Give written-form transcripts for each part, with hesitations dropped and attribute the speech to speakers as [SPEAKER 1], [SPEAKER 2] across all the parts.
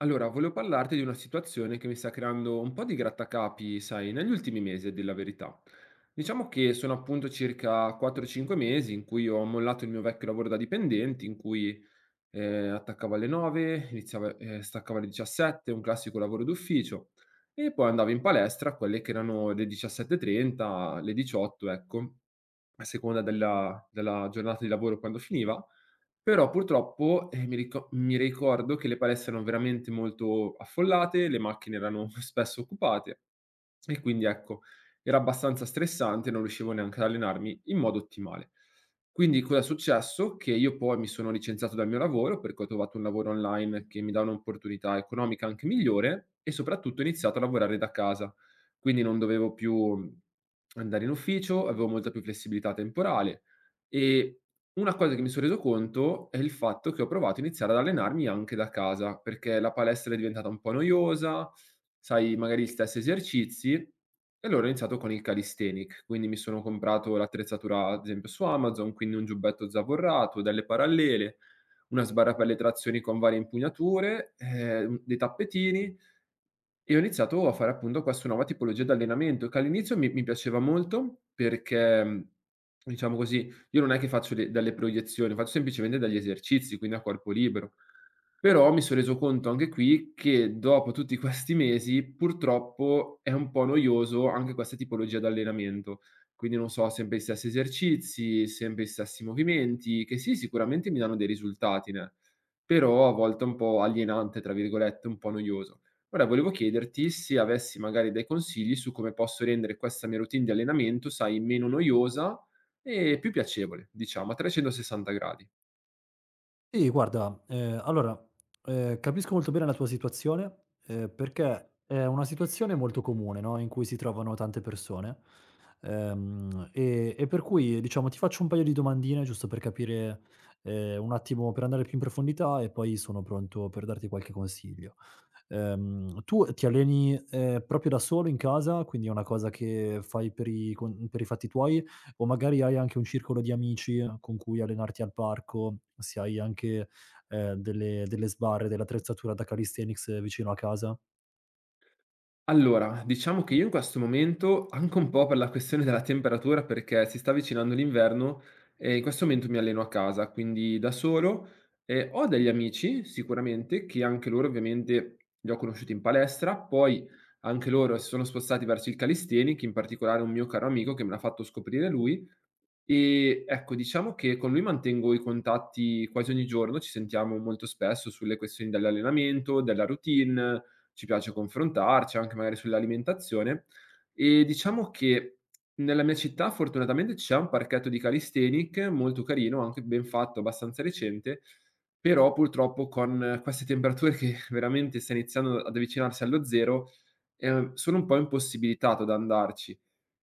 [SPEAKER 1] Allora, volevo parlarti di una situazione che mi sta creando un po' di grattacapi, sai, negli ultimi mesi, a dir la verità. Diciamo che sono appunto circa 4-5 mesi in cui ho mollato il mio vecchio lavoro da dipendente, in cui attaccavo alle 9, iniziava, staccavo alle 17, un classico lavoro d'ufficio, e poi andavo in palestra, a quelle che erano le 17:30, le 18, ecco, a seconda della giornata di lavoro quando finiva. Però purtroppo, mi ricordo che le palestre erano veramente molto affollate, le macchine erano spesso occupate e quindi ecco, era abbastanza stressante, non riuscivo neanche ad allenarmi in modo ottimale. Quindi cosa è successo? Che io poi mi sono licenziato dal mio lavoro, perché ho trovato un lavoro online che mi dà un'opportunità economica anche migliore e soprattutto ho iniziato a lavorare da casa. Quindi non dovevo più andare in ufficio, avevo molta più flessibilità temporale e una cosa che mi son reso conto è il fatto che ho provato a iniziare ad allenarmi anche da casa, perché la palestra è diventata un po' noiosa, sai magari gli stessi esercizi, e allora ho iniziato con il calisthenic. Quindi mi sono comprato l'attrezzatura ad esempio su Amazon, quindi un giubbetto zavorrato, delle parallele, una sbarra per le trazioni con varie impugnature, dei tappetini e ho iniziato a fare appunto questa nuova tipologia di allenamento, che all'inizio mi piaceva molto perché, diciamo così, io non è che faccio de delle proiezioni, faccio semplicemente degli esercizi, quindi a corpo libero. Però mi son reso conto anche qui che dopo tutti questi mesi, purtroppo è un po' noioso anche questa tipologia d'allenamento. Quindi non so, sempre gli stessi esercizi, sempre gli stessi movimenti, che sì, sicuramente mi danno dei risultati, ne però a volte è un po' "alienante", tra virgolette, un po' noioso. Ora volevo chiederti se avessi magari dei consigli su come posso rendere questa mia routine di allenamento, sai, meno noiosa e più piacevole, diciamo, a 360 gradi.
[SPEAKER 2] Sì, guarda, allora, capisco molto bene la tua situazione, perché è una situazione molto comune, no, in cui si trovano tante persone, e per cui diciamo ti faccio un paio di domandine giusto per capire, un attimo per andare più in profondità e poi sono pronto per darti qualche consiglio. Tu ti alleni, proprio da solo in casa, quindi è una cosa che fai per i con per i fatti tuoi o magari hai anche un circolo di amici con cui allenarti al parco, se hai anche, delle sbarre, dell'attrezzatura da calisthenics vicino a casa.
[SPEAKER 1] Allora, diciamo che io in questo momento, anche un po' per la questione della temperatura, perché si sta avvicinando l'inverno, e in questo momento mi alleno a casa, quindi da solo. Ho degli amici, sicuramente, che anche loro ovviamente li ho conosciuti in palestra, poi anche loro si sono spostati verso il calisthenics, in particolare un mio caro amico che me l'ha fatto scoprire lui. Ecco, diciamo che con lui mantengo i contatti quasi ogni giorno, ci sentiamo molto spesso sulle questioni dell'allenamento, della routine, ci piace confrontarci anche magari sull'alimentazione e diciamo che nella mia città fortunatamente c'è un parchetto di calisthenic molto carino, anche ben fatto, abbastanza recente, però purtroppo con queste temperature che veramente sta iniziando ad avvicinarsi allo 0, sono un po' impossibilitato ad andarci.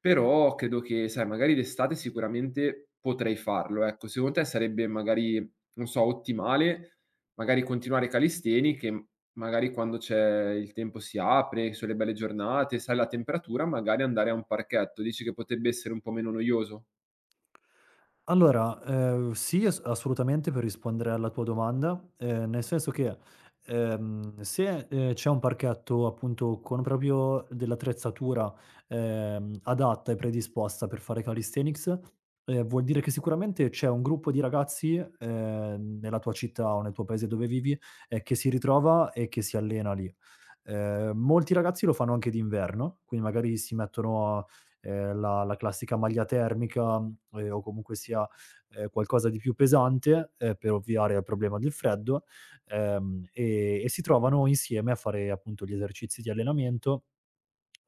[SPEAKER 1] Però credo che, sai, magari d'estate sicuramente potrei farlo, ecco. Secondo te sarebbe magari, non so, ottimale magari continuare calistheni che m magari quando c'è il tempo si apre, sono le belle giornate, sai la temperatura, magari andare a un parchetto. Dici che potrebbe essere un po' meno noioso?
[SPEAKER 2] Allora, sì, assolutamente, per rispondere alla tua domanda, nel senso che, se, c'è un parchetto appunto con proprio dell'attrezzatura, adatta e predisposta per fare calisthenics, vuol dire che sicuramente c'è un gruppo di ragazzi, nella tua città o nel tuo paese dove vivi, che si ritrova e che si allena lì. Molti ragazzi lo fanno anche d'inverno, quindi magari si mettono a la classica maglia termica, o comunque sia, qualcosa di più pesante, per ovviare al problema del freddo, e si trovano insieme a fare appunto gli esercizi di allenamento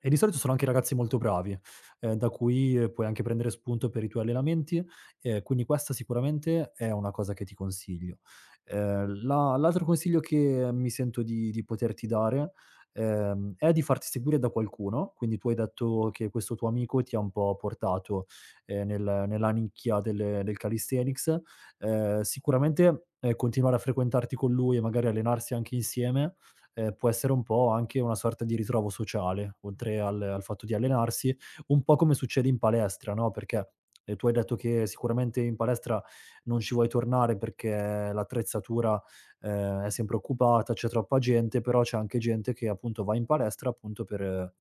[SPEAKER 2] e di solito sono anche ragazzi molto bravi, da cui puoi anche prendere spunto per i tuoi allenamenti, quindi questa sicuramente è una cosa che ti consiglio. La l'altro consiglio che mi sento di poterti dare, è di farti seguire da qualcuno, quindi tu hai detto che questo tuo amico ti ha un po' portato, nella nicchia del calisthenics. Sicuramente, continuare a frequentarti con lui e magari allenarsi anche insieme, può essere un po' anche una sorta di ritrovo sociale, oltre al fatto di allenarsi, un po' come succede in palestra, no, perché, tu hai detto che sicuramente in palestra non ci vuoi tornare perché l'attrezzatura è sempre occupata, c'è troppa gente, però c'è anche gente che appunto va in palestra appunto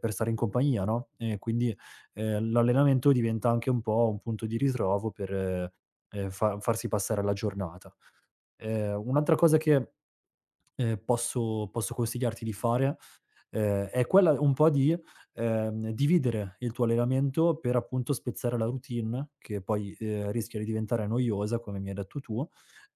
[SPEAKER 2] per stare in compagnia, no, e quindi, l'allenamento diventa anche un po' un punto di ritrovo per, fa farsi passare la giornata. Un'altra cosa che, posso consigliarti di fare è quella un po' di, dividere il tuo allenamento per appunto spezzare la routine, che poi, rischia di diventare noiosa, come mi hai detto tu.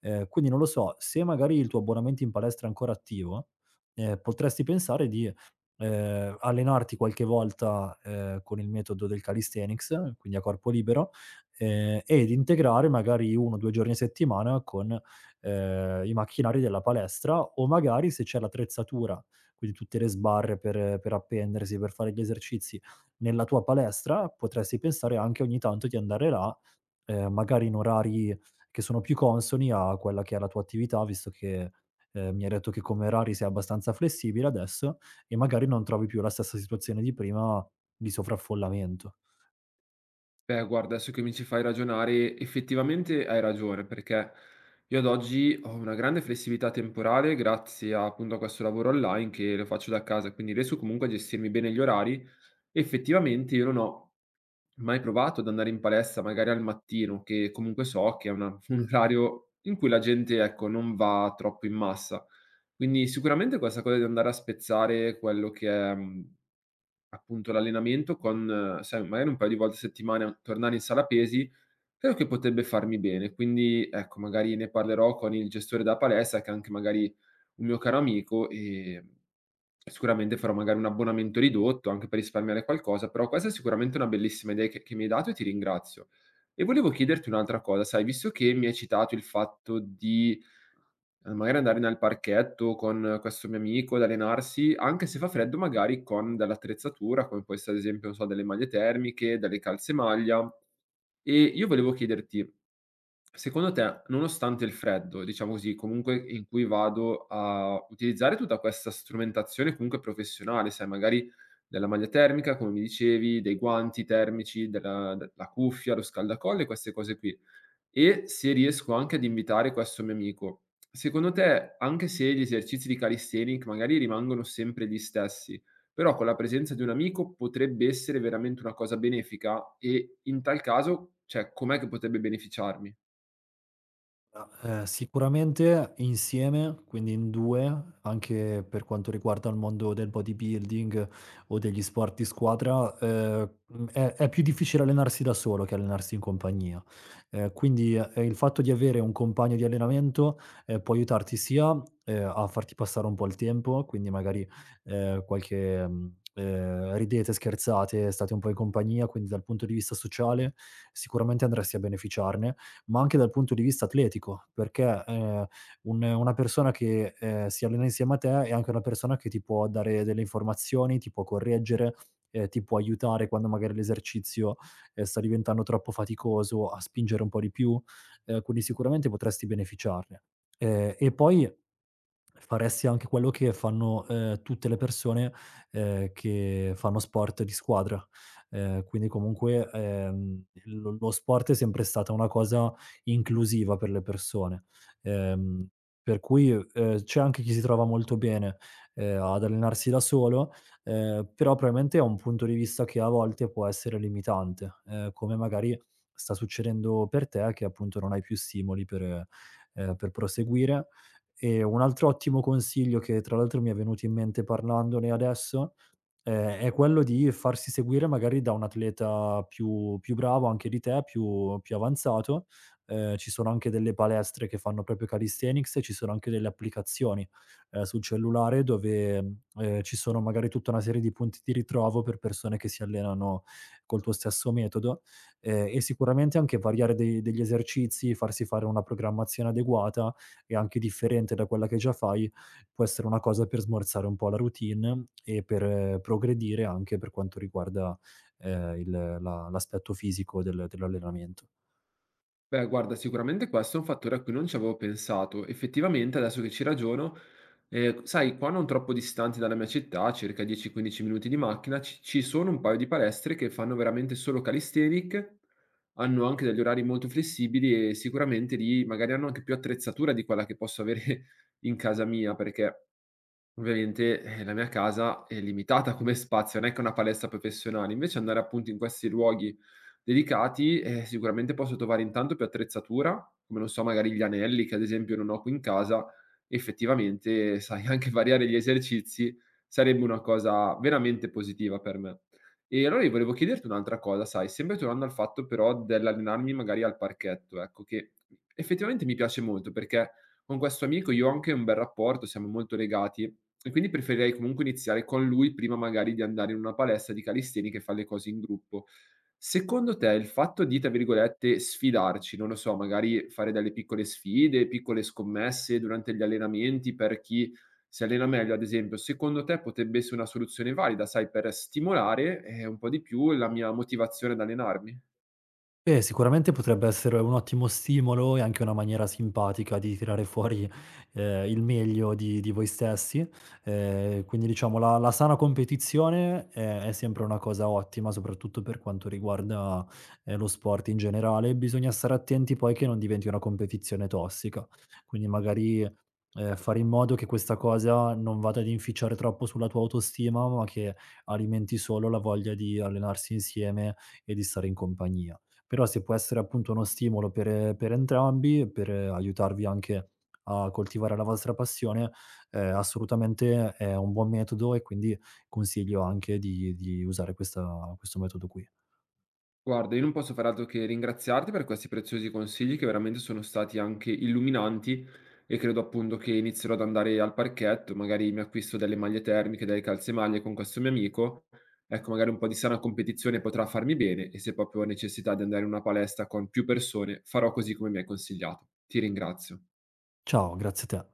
[SPEAKER 2] Quindi non lo so, se magari il tuo abbonamento in palestra è ancora attivo, potresti pensare di, allenarti qualche volta, con il metodo del calisthenics, quindi a corpo libero, ed integrare magari 1 o 2 giorni a settimana con, i macchinari della palestra o magari se c'è l'attrezzatura, quindi tutte le sbarre per appendersi, per fare gli esercizi nella tua palestra, potresti pensare anche ogni tanto di andare là, magari in orari che sono più consoni a quella che è la tua attività, visto che, mi hai detto che come orari sei abbastanza flessibile adesso e magari non trovi più la stessa situazione di prima di sovraffollamento.
[SPEAKER 1] Beh, guarda, adesso che mi ci fai ragionare, effettivamente hai ragione, perché io ad oggi ho una grande flessibilità temporale grazie, a, appunto, a questo lavoro online che lo faccio da casa, quindi riesco comunque a gestirmi bene gli orari. Effettivamente io non ho mai provato ad andare in palestra magari al mattino, che comunque so che è una un orario in cui la gente, ecco, non va troppo in massa. Quindi sicuramente questa cosa di andare a spezzare quello che è, appunto l'allenamento con sai, magari un paio di volte a settimana tornare in sala pesi, credo che potrebbe farmi bene. Quindi, ecco, magari ne parlerò con il gestore della palestra, che è anche magari un mio caro amico, Sicuramente farò magari un abbonamento ridotto, anche per risparmiare qualcosa, però questa è sicuramente una bellissima idea che mi hai dato e ti ringrazio. E volevo chiederti un'altra cosa, sai, visto che mi hai citato il fatto di, magari andare nel parchetto con questo mio amico ad allenarsi, anche se fa freddo magari con dell'attrezzatura, come può essere ad esempio, non so, delle maglie termiche, delle calze maglia, e io volevo chiederti: secondo te, nonostante il freddo, diciamo così, comunque in cui vado a utilizzare tutta questa strumentazione comunque professionale, sai, magari della maglia termica, come mi dicevi, dei guanti termici, della cuffia, lo scaldacolle, queste cose qui. E se riesco anche ad invitare questo mio amico, secondo te, anche se gli esercizi di calisthenics magari rimangono sempre gli stessi, però con la presenza di un amico potrebbe essere veramente una cosa benefica? E in tal caso, cioè, com'è che potrebbe beneficiarmi?
[SPEAKER 2] Sicuramente insieme, quindi in 2, anche per quanto riguarda il mondo del bodybuilding o degli sport di squadra, è più difficile allenarsi da solo che allenarsi in compagnia. Quindi, il fatto di avere un compagno di allenamento, può aiutarti sia, a farti passare un po' il tempo, quindi magari, ridete, scherzate, state un po' in compagnia, quindi dal punto di vista sociale sicuramente andresti a beneficiarne, ma anche dal punto di vista atletico, perché, un una persona che, si allena insieme a te è anche una persona che ti può dare delle informazioni, ti può correggere, ti può aiutare quando magari l'esercizio, sta diventando troppo faticoso a spingere un po' di più, quindi sicuramente potresti beneficiarne. E poi faresti anche quello che fanno, tutte le persone, che fanno sport di squadra. Quindi comunque, lo sport è sempre stata una cosa inclusiva per le persone. Ehm, per cui, c'è anche chi si trova molto bene, ad allenarsi da solo, però probabilmente è un punto di vista che a volte può essere limitante, come magari sta succedendo per te che appunto non hai più stimoli per proseguire. E un altro ottimo consiglio che tra l'altro mi è venuto in mente parlandone adesso, è quello di farsi seguire magari da un atleta più bravo anche di te, più avanzato. Ci sono anche delle palestre che fanno proprio calisthenics e ci sono anche delle applicazioni, sul cellulare dove, ci sono magari tutta una serie di punti di ritrovo per persone che si allenano col tuo stesso metodo, e sicuramente anche variare dei degli esercizi, farsi fare una programmazione adeguata e anche differente da quella che già fai, può essere una cosa per smorzare un po' la routine e per progredire anche per quanto riguarda, il la l'aspetto fisico dell'allenamento.
[SPEAKER 1] Beh, guarda, sicuramente questo è un fattore a cui non ci avevo pensato. Effettivamente, adesso che ci ragiono, sai, qua non troppo distanti dalla mia città, circa 10-15 minuti di macchina, ci ci sono un paio di palestre che fanno veramente solo calisthenic, hanno anche degli orari molto flessibili e sicuramente lì magari hanno anche più attrezzatura di quella che posso avere in casa mia, perché ovviamente, la mia casa è limitata come spazio, non è che è una palestra professionale, invece andare appunto in questi luoghi dedicati, sicuramente posso trovare intanto più attrezzatura, come non so, magari gli anelli che ad esempio non ho qui in casa, effettivamente, sai, anche variare gli esercizi sarebbe una cosa veramente positiva per me. E allora io volevo chiederti un'altra cosa, sai, sempre tornando al fatto però dell'allenarmi magari al parchetto, ecco, che effettivamente mi piace molto perché con questo amico io ho anche un bel rapporto, siamo molto legati e quindi preferirei comunque iniziare con lui prima magari di andare in una palestra di calisthenics e far le cose in gruppo. Secondo te il fatto di, tra virgolette, "sfidarci", non lo so, magari fare delle piccole sfide, piccole scommesse durante gli allenamenti per chi si allena meglio, ad esempio, secondo te potebbe essere una soluzione valida, sai, per stimolare, un po' di più la mia motivazione ad allenarmi?
[SPEAKER 2] Beh, sicuramente potrebbe essere un ottimo stimolo e anche una maniera simpatica di tirare fuori, il meglio di voi stessi. Quindi diciamo la sana competizione è sempre una cosa ottima, soprattutto per quanto riguarda, lo sport in generale. Bisogna stare attenti poi che non diventi una competizione tossica. Quindi magari, fare in modo che questa cosa non vada ad inficiare troppo sulla tua autostima, ma che alimenti solo la voglia di allenarsi insieme e di stare in compagnia. Però se può essere appunto uno stimolo per entrambi, per aiutarvi anche a coltivare la vostra passione, assolutamente è un buon metodo e quindi consiglio anche di usare questa questo metodo qui.
[SPEAKER 1] Guarda, io non posso far altro che ringraziarti per questi preziosi consigli che veramente sono stati anche illuminanti e credo appunto che inizierò ad andare al parchetto, magari mi acquisto delle maglie termiche, delle calzemaglie con questo mio amico. Ecco, magari un po' di sana competizione potrà farmi bene e se proprio ho necessità di andare in una palestra con più persone, farò così come mi hai consigliato. Ti ringrazio.
[SPEAKER 2] Ciao, grazie a te.